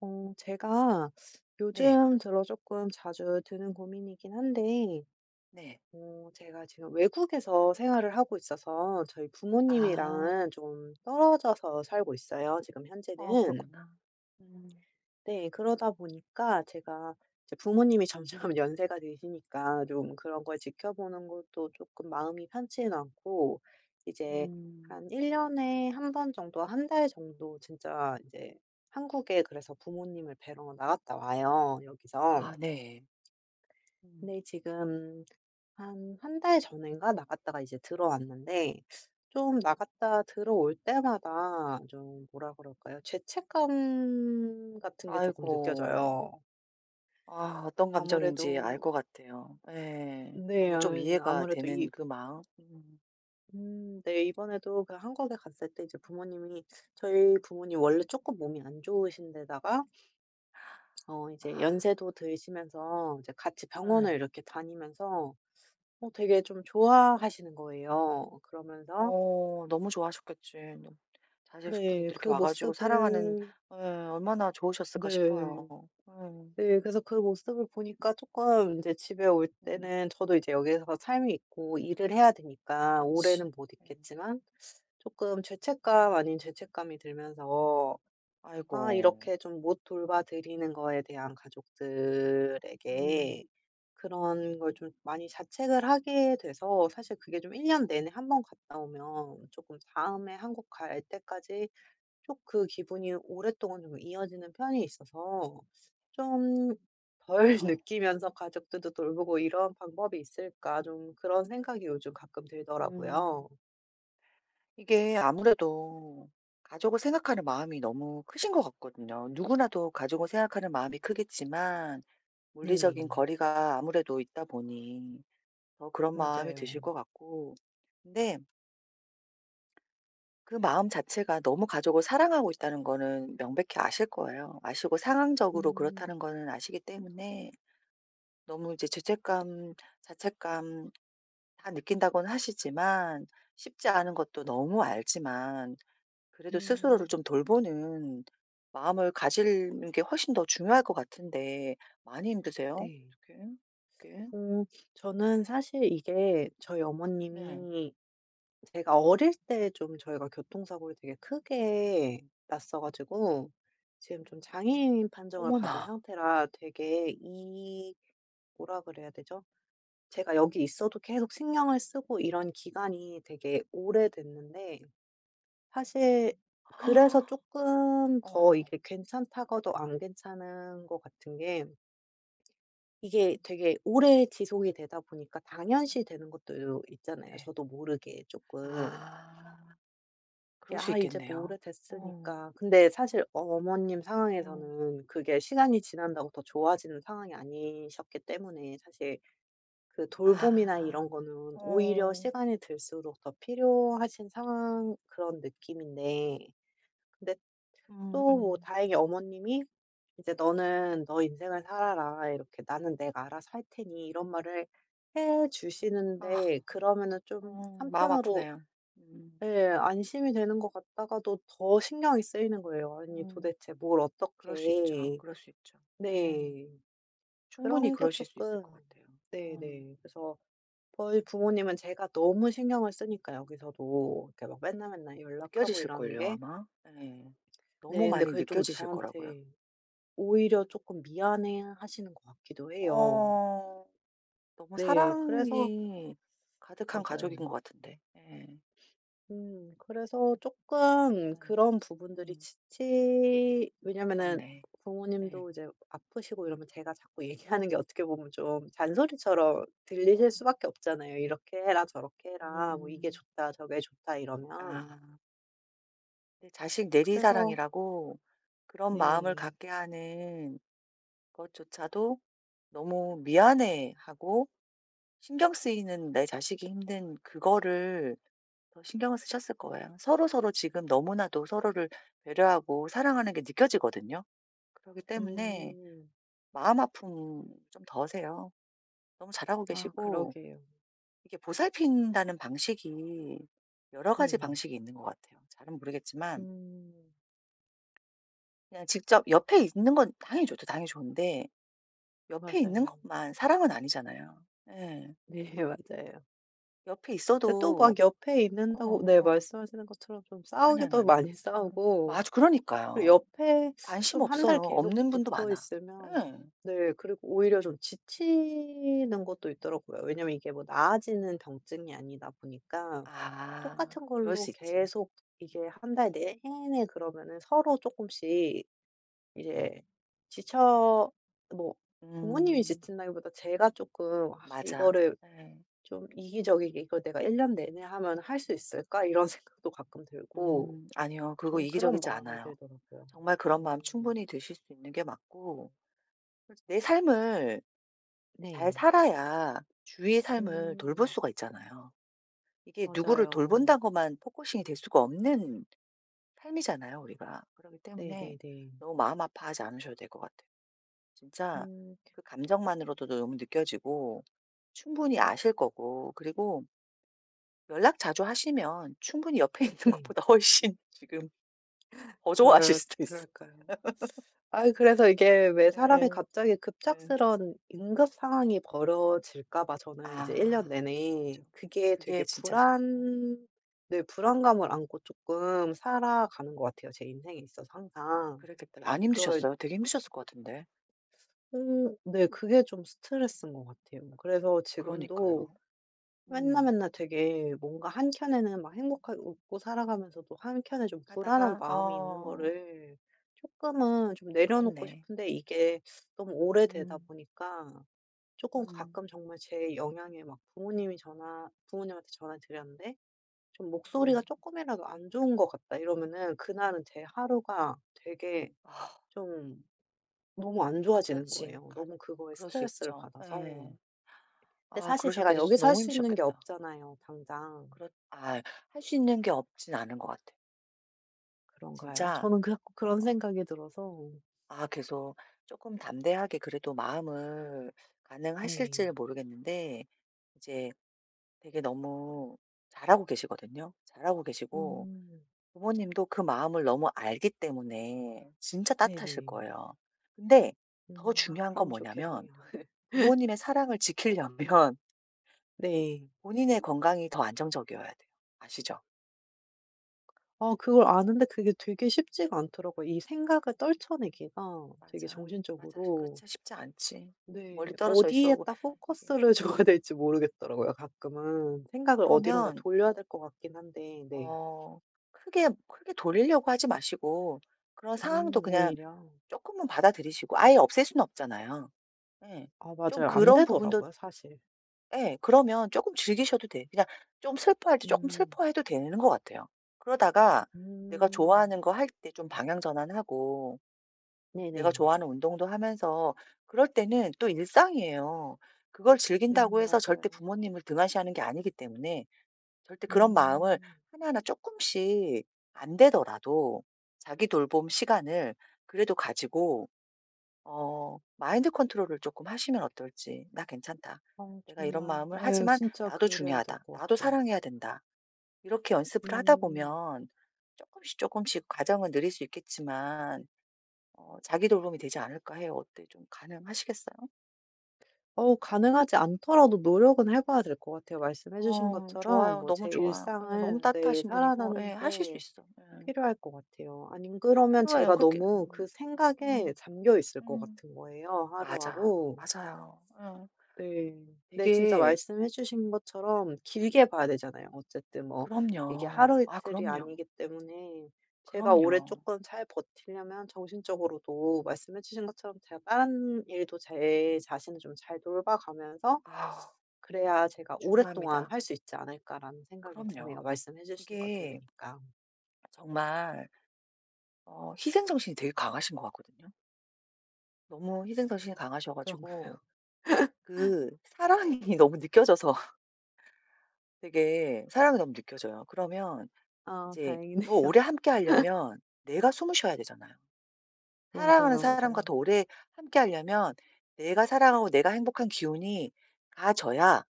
제가 네. 요즘 들어 조금 자주 드는 고민이긴 한데, 네. 제가 지금 외국에서 생활을 하고 있어서 저희 아. 부모님이랑은 좀 떨어져서 살고 있어요, 지금 어, 현재는. 그렇구나. 음. 네. 그러다 보니까 제가 이제 부모님이 점점 연세가 드시니까 좀 그런 걸 지켜보는 것도 조금 마음이 편치는 않고, 이제 음. 한 1 년에 한 번 정도 한 달 정도 진짜 이제 한국에 그래서 부모님을 뵈러 나갔다 와요, 여기서. 아, 네. 음. 근데 지금 한 한 달 전인가 나갔다가 이제 들어왔는데, 좀 음. 나갔다 들어올 때마다 좀 뭐라 그럴까요? 죄책감 같은 게 조금 아이고. 느껴져요. 아, 어떤 감정인지 알 아무래도. 것 같아요. 예. 네. 너무 좀 아유, 이해가 아무래도 되는 이 그 마음. 음. 네. 이번에도 그 한국에 갔을 때 이제 부모님이, 저희 부모님 원래 조금 몸이 안 좋으신 데다가 이제 아 연세도 드시면서 이제 같이 병원을 예. 이렇게 다니면서 되게 좀 좋아하시는 거예요. 그러면서 어, 너무 좋아하셨겠지. 너무 자식분이 네. 또 그 이렇게 와 가지고 사랑하는 모습을. 예 얼마나 좋으셨을까 싶어요. 네. 예. 음. 네. 그래서 그 모습을 보니까 조금 이제 집에 올 음, 때는 저도 이제 여기서 삶이 있고 일을 해야 되니까 그렇지. 오래는 못 예. 있겠지만 조금 죄책감 아닌 죄책감이 들면서, 아 아이고. 이렇게 좀 못 돌봐드리는 거에 대한 음. 가족들에게 그런 음. 걸 좀 많이 자책을 하게 돼서, 사실 그게 좀 1년 내내 한번 갔다 오면 조금 다음에 한국 갈 때까지 쭉 그 기분이 오랫동안 좀 이어지는 편이 있어서, 좀 덜 아유. 느끼면서 가족들도 돌보고 이런 방법이 있을까, 좀 그런 생각이 요즘 가끔 음. 들더라고요. 이게 아무래도 가족을 생각하는 마음이 너무 크신 것 같거든요. 누구나도 가족을 생각하는 마음이 크겠지만 물리적인 네네. 거리가 아무래도 있다 보니 더 그런 마음이 맞아요. 드실 것 같고. 근데 그 마음 자체가 너무 가족을 사랑하고 있다는 거는 명백히 아실 거예요. 아시고 상황적으로 그렇다는 음. 거는 아시기 때문에 너무 이제 죄책감, 자책감 다 느낀다고는 하시지만 쉽지 않은 것도 너무 알지만 그래도 스스로를 음. 좀 돌보는 마음을 가지는 게 훨씬 더 중요할 것 같은데 많이 힘드세요? 어 네. 떻게 어떻게 음. 저는 사실 이게, 저희 네. 어머님이 제가 어릴 때 좀 저희가 교통사고를 되게 크게 났어 가지고 지금 좀 장애인 판정을 받은 어머나. 상태라, 되게 이 뭐라 그래야 되죠? 제가 여기 있어도 계속 신경을 쓰고 이런 기간이 되게 오래됐는데, 사실 그래서 조금 더 어. 이게 괜찮다가도 안 괜찮은 것 같은 게, 이게 되게 오래 지속이 되다 보니까 당연시 되는 것도 있잖아요, 네. 저도 모르게 조금. 아. 이게 그럴 수 '아 이제 뭐 있겠네요. 어. 오래됐으니까.' 근데 사실 어머님 어. 상황에서는 그게 시간이 지난다고 더 좋아지는 상황이 아니셨기 때문에, 사실 그 돌봄이나 아. 이런 거는 오히려 어. 시간이 들수록 더 필요하신 상황, 그런 느낌인데. 근데 음 또 뭐 음. 다행히 어머님이 이제 "너는 너 인생을 살아라. 이렇게 나는 내가 알아서 할 테니." 이런 말을 해 아. 주시는데, 그러면은 좀 어, 마음 한편으로, 아프네요. 음. 예, 안심이 되는 것 같다가도 더 신경이 쓰이는 거예요. '아니 음. 도대체 뭘 어떻게' 그럴 수 있죠. 해. 그럴 수 있죠. 예. 네. 충분히 그런 게 그러실 수 있을 조금. 것 같아요. 음... 네네. 그래서 저희 부모님은 제가 너무 신경을 쓰니까 여기서도 이렇게 막 맨날 맨날 연락하고 이러는 느껴지실걸요, 게, 아마. 예. 네, 너무 근데 많이 그게 좀 느껴지실 거라고요. 저한테 오히려 조금 미안해하시는 것 같기도 해요. 어. 너무 네, 그래서 사랑이 가득한 가족인 맞아요. 것 같은데. 예. 음, 그래서 조금 예. 음. 그런 부분들이 음, 지치 왜냐면은 그렇네. 예. 부모님도 이제 아프시고 이러면 제가 자꾸 얘기하는 게 어떻게 보면 좀 잔소리처럼 들리실 수밖에 없잖아요. "이렇게 해라. 저렇게 해라." 뭐 "이게 음. 좋다. 저게 좋다." 이러면. 아. 네, 자식 그래서 내리사랑이라고 그런 마음을 네. 갖게 하는 것조차도 너무 미안해하고 신경 쓰이는 내 자식이 힘든 그거를 더 신경을 쓰셨을 거예요. 서로서로 지금 너무나도 서로를 배려하고 사랑하는 게 느껴지거든요. 그렇기 때문에 음. 마음 아픔 좀 더세요. 너무 잘하고 아 계시고 그러게요. 이게 보살핀다는 방식이 여러 가지 네네. 방식이 있는 것 같아요. 잘은 모르겠지만 음. 그냥 직접 옆에 있는 건 당연히 좋죠. 당연히 좋은데 옆에 있는 맞아요. 것만 사랑은 아니잖아요. 예. 네 맞아요. 옆에 근데 또 있어도 막 옆에 어, 있는다고 네 어. 말씀하시는 것처럼 좀 아니, 아니, 싸우기도 아니요. 많이 어. 싸우고, 맞아. 그리고 그러니까요. 옆에 관심 좀 한 달 없어요. 계속 없는 분도 붙어 많아. 있으면, 예. 네, 그리고 오히려 좀 지치는 것도 있더라고요. 왜냐면 이게 뭐 나아지는 병증이 아니다 보니까 아, 똑같은 그럴 걸로 수 있지. 계속 이게 한 달 내내 그러면은 서로 조금씩 이제 지쳐 뭐, 부모님이 음 지친다기보다 제가 조금 '아 맞아. 이거를 예. 좀 이기적이게 이걸 내가 1년 내내 하면 할 수 있을까?' 이런 생각도 가끔 들고, 음, 아니요. 그거 좀 그런 이기적이지 마음이 않아요. 들더라고요. 정말 그런 마음 음. 충분히 드실 수 있는 게 맞고 내 삶을 잘 네. 살아야 주위의 삶을 돌볼 음. 수가 있잖아요. 이게 누구를 맞아요. 돌본다고만 포커싱이 될 수가 없는 삶이잖아요, 우리가. 그렇기 때문에 네네네. 너무 마음 아파하지 않으셔도 될 것 같아요. 진짜 음. 그 감정만으로도 너무 느껴지고 충분히 아실 거고 그리고 연락 자주 하시면 충분히 옆에 있는 네. 것보다 훨씬 지금 더 좋아하실 그럴 수도 있어. 그럴까요? 아 그래서 이게 왜 사람이 예예. 갑자기 예. 예. 급작스런 응급 상황이 벌어질까 봐 저는 이제 1년 아 내내 그렇죠. 그게 되게 그게 진짜 심 아 불안 네, 불안감을 안고 조금 살아가는 것 같아요, 제 인생에 있어서 항상. 그랬겠다. 안 그걸 힘드셨어요? 되게 힘드셨을 것 같은데. 네, 그게 좀 스트레스인 것 같아요. 그래서 지금도 그러니까요. 맨날 음. 맨날 되게 뭔가 한켠에는 막 행복하게 웃고 살아가면서도 한켠에 좀 불안한 하다가 마음이 있는 어 거를 조금은 좀 내려놓고 그렇네. 싶은데, 이게 너무 오래되다 음. 보니까 조금 음. 가끔 정말 제 영향에 막 부모님이 전화 부모님한테 전화를 드렸는데, 좀 "목소리가 음. 조금이라도 안 좋은 것 같다." 이러면은 그날은 제 하루가 되게 아 좀 너무 안 좋아지는 그렇지. 거예요, 가 너무 그거에 그럴 수 스트레스를 있죠. 받아서. 예. 근데 아, 사실 제가 그러셨겠다. 진짜 여기서 할 너무 수 있는 게 힘드셨겠다. 없잖아요, 당장. 그렇 아 할 수 있는 게 없진 않은 것 같아요. 그런가요? 진짜 저는 그 자꾸 그런 어 생각이 들어서. 아 계속 조금 담대하게 그래도 마음을 가능하실 네. 지 모르겠는데 이제 되게 너무 잘하고 계시거든요. 잘하고 계시고 음. 부모님도 그 마음을 너무 알기 때문에 진짜 따뜻하실 네네. 거예요. 근데 더 음. 아 중요한 건 그러면 뭐냐면 좋겠네요. 부모님의 사랑을 지키려면 네. 본인의 건강이 더 안정적이어야 돼요. 아시죠? 아 그걸 아는데 그게 되게 쉽지가 않더라고요. 이 생각을 떨쳐내기가 되게 맞아. 맞아. 정신적으로, 그렇지 쉽지 않지. 네, 멀리 떨어져 있어 뭐 어디에다 이게 포커스를 줘야 음. 될지 모르겠더라고요 가끔은. 생각을 어디론가 그러면 돌려야 될 것 같긴 한데 네. 어 크게 크게 돌리려고 하지 마시고 그런 상황도 그냥 오히려. 조금은 받아들이시고 아예 없앨 수는 없잖아요. 예. 아 좀 맞아요. 안 그런 부분도 되더라고요 사실. 예. 그러면 조금 즐기셔도 돼. 그냥 좀 슬퍼할 때 조금 음. 슬퍼해도 되는 것 같아요. 그러다가 내가 음. 좋아하는 거 할 때 좀 방향 전환하고 내가 네네. 좋아하는 운동도 하면서 그럴 때는 또 일상이에요. 그걸 즐긴다고 해서 절대 맞아요. 부모님을 등한시하는 게 아니기 때문에 절대 그런 마음을 음. 하나하나 조금씩 안 되더라도 자기 돌봄 시간을 그래도 가지고 어 마인드 컨트롤을 조금 하시면 어떨지. '나 괜찮다. 내가 이런 정말, 마음을 예, 하지만 진짜 나도 그래야 될 중요하다. 것 나도 같아요. 사랑해야 된다.' 이렇게 연습을 하다 음. 보면 조금씩 조금씩 과정은 느릴 수 있겠지만 어 자기 돌봄이 되지 않을까 해요. 어때 좀 가능하시겠어요? 가능하지 않더라도 노력은 해 봐야 될 것 같아요. 말씀해 주신 어 것처럼 좋아요. 뭐 제 너무 좋아요. 예 너무 일상을, 네, 따뜻하신 분이고 예 살아나는 하실 수 게 있어. 예. 필요할 것 같아요. 아니면 그러면 필요해요. 제가 그렇게 너무 그 생각에 음. 잠겨 있을 것 음. 같은 거예요, 맞아. 하루하루. 맞아요. 예. 네. 근데 진짜 되게 말씀해 주신 것처럼 길게 봐야 되잖아요. 어쨌든 뭐 이게 그럼요. 하루 아 이틀이 그럼요. 아니기 때문에, 제가 올해 그럼요. 조금 잘 버티려면 정신적으로도 말씀해 주신 것처럼 제가 다른 일도 제 자신을 좀 잘 돌봐가면서 아 그래야 제가 '오랫동안 중요합니다. 할 수 있지 않을까.'라는 생각이 드네요, 그럼요. 말씀해 주시는 거 이게 들으니까. 정말 어 희생 정신이 되게 강하신 것 같거든요. 너무 희생 정신이 강하셔 가지고 그런가요? 그 사랑이 너무 느껴져서 되게 사랑이 너무 느껴져요. 그러면 아 이제 다행이네요. 더 오래 함께 하려면 내가 숨을 쉬어야 되잖아요. 사랑하는 맞아요, 사람과 맞아요. 더 오래 함께 하려면 내가 사랑하고 내가 행복한 기운이 가져야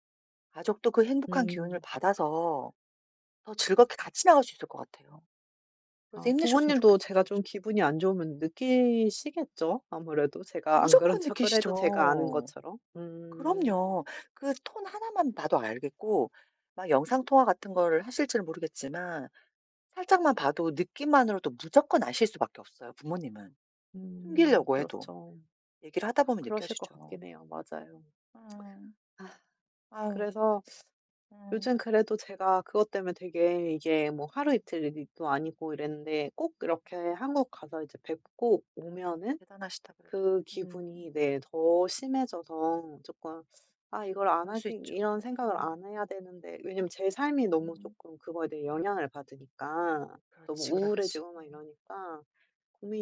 가족도 그 행복한 기운을 음. 받아서 더 즐겁게 같이 나갈 수 있을 것 같아요. 그래서 아 힘내셨으면 부모님도 좋겠어, 제가 좀 진짜. 기분이 안 좋으면 느끼시겠죠? 아무래도 제가 안 그런 무조건 척을 해도 제가 아는 느끼시죠. 것처럼. 음. 그럼요. 그 톤 하나만 봐도 알겠고 막 영상통화 같은 거를 하실지는 모르겠지만 살짝만 봐도 느낌만으로도 무조건 아실 수밖에 없어요 부모님은. 숨기려고 해도. 그렇죠. 얘기를 하다 보면 그러실 것 느껴지죠. 같긴 해요. 맞아요. 음. 아 아유. 그래서 음. 요즘 그래도 제가 그것 때문에 되게 이게 뭐 하루 이틀 일도 아니고 이랬는데, 꼭 이렇게 한국 가서 이제 뵙고 오면은 대단하시다 그래도. 그 음. 기분이, 네, 더 심해져서 조금 '아 이걸 안 그럴 수 하기 있죠. 이런 생각을 어. 안 해야 되는데.' 왜냐면 제 삶이 너무 음. 조금 그거에 대해 영향을 받으니까 너무 그렇지, 그렇지. 우울해지고 막 이러니까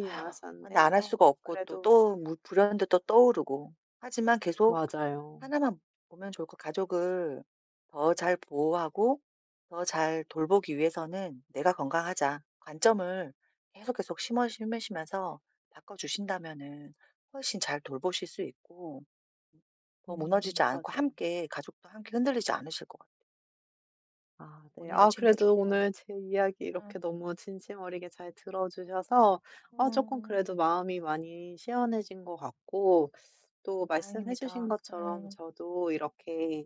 아 휴 근데 많았었는데. 안 할 수가 없고 또, 그래도 또 무 불현듯 또 떠오르고. 하지만 계속 맞아요. 하나만 보면 좋을 것 가족을 더 잘 보호하고 더 잘 돌보기 위해서는 '내가 건강하자.' 관점을 계속, 계속 심어 심으시면서 바꿔주신다면은 훨씬 잘 돌보실 수 있고 더 무너지지 않고 맞아요. 함께 가족도 함께 흔들리지 않으실 것 같아요. 아 네. 본인을 아 그래도 챙겨주세요. 오늘 제 이야기 응 이렇게 너무 진심 어리게 잘 들어 주셔서, 아 조금 음. 그래도 마음이 많이 시원해진 것 같고 또 말씀해 주신 다행입니다. 것처럼 응 저도 이렇게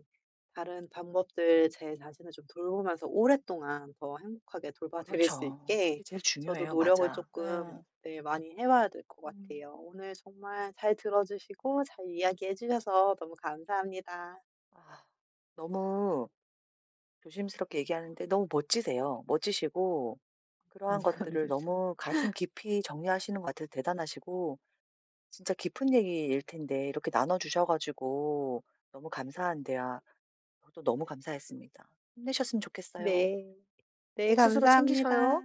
다른 방법들 제 자신을 좀 돌보면서 오랫동안 더 행복하게 돌봐드릴 수 그렇죠. 있게 그게 제일 저도 중요해요. 노력을 맞아. 조금, 응 네, 많이 해봐야 될 것 음. 같아요. 오늘 정말 잘 들어주시고 잘 이야기해 주셔서 너무 감사합니다. 아. 너무 조심스럽게 얘기하는데 너무 멋지세요. 멋지시고 그러한 감사합니다. 것들을 너무 가슴 깊이 정리하시는 것 같아서 대단하시고 진짜 깊은 얘기일 텐데 이렇게 나눠 주셔 가지고 너무 감사한데요. 저도 너무 감사했습니다. 힘내셨으면 좋겠어요. 네, 네, 꼭 스스로 챙기셔요. 감사합니다.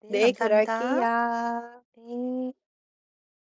네, 네, 감사합니다. 그럴게요. 네.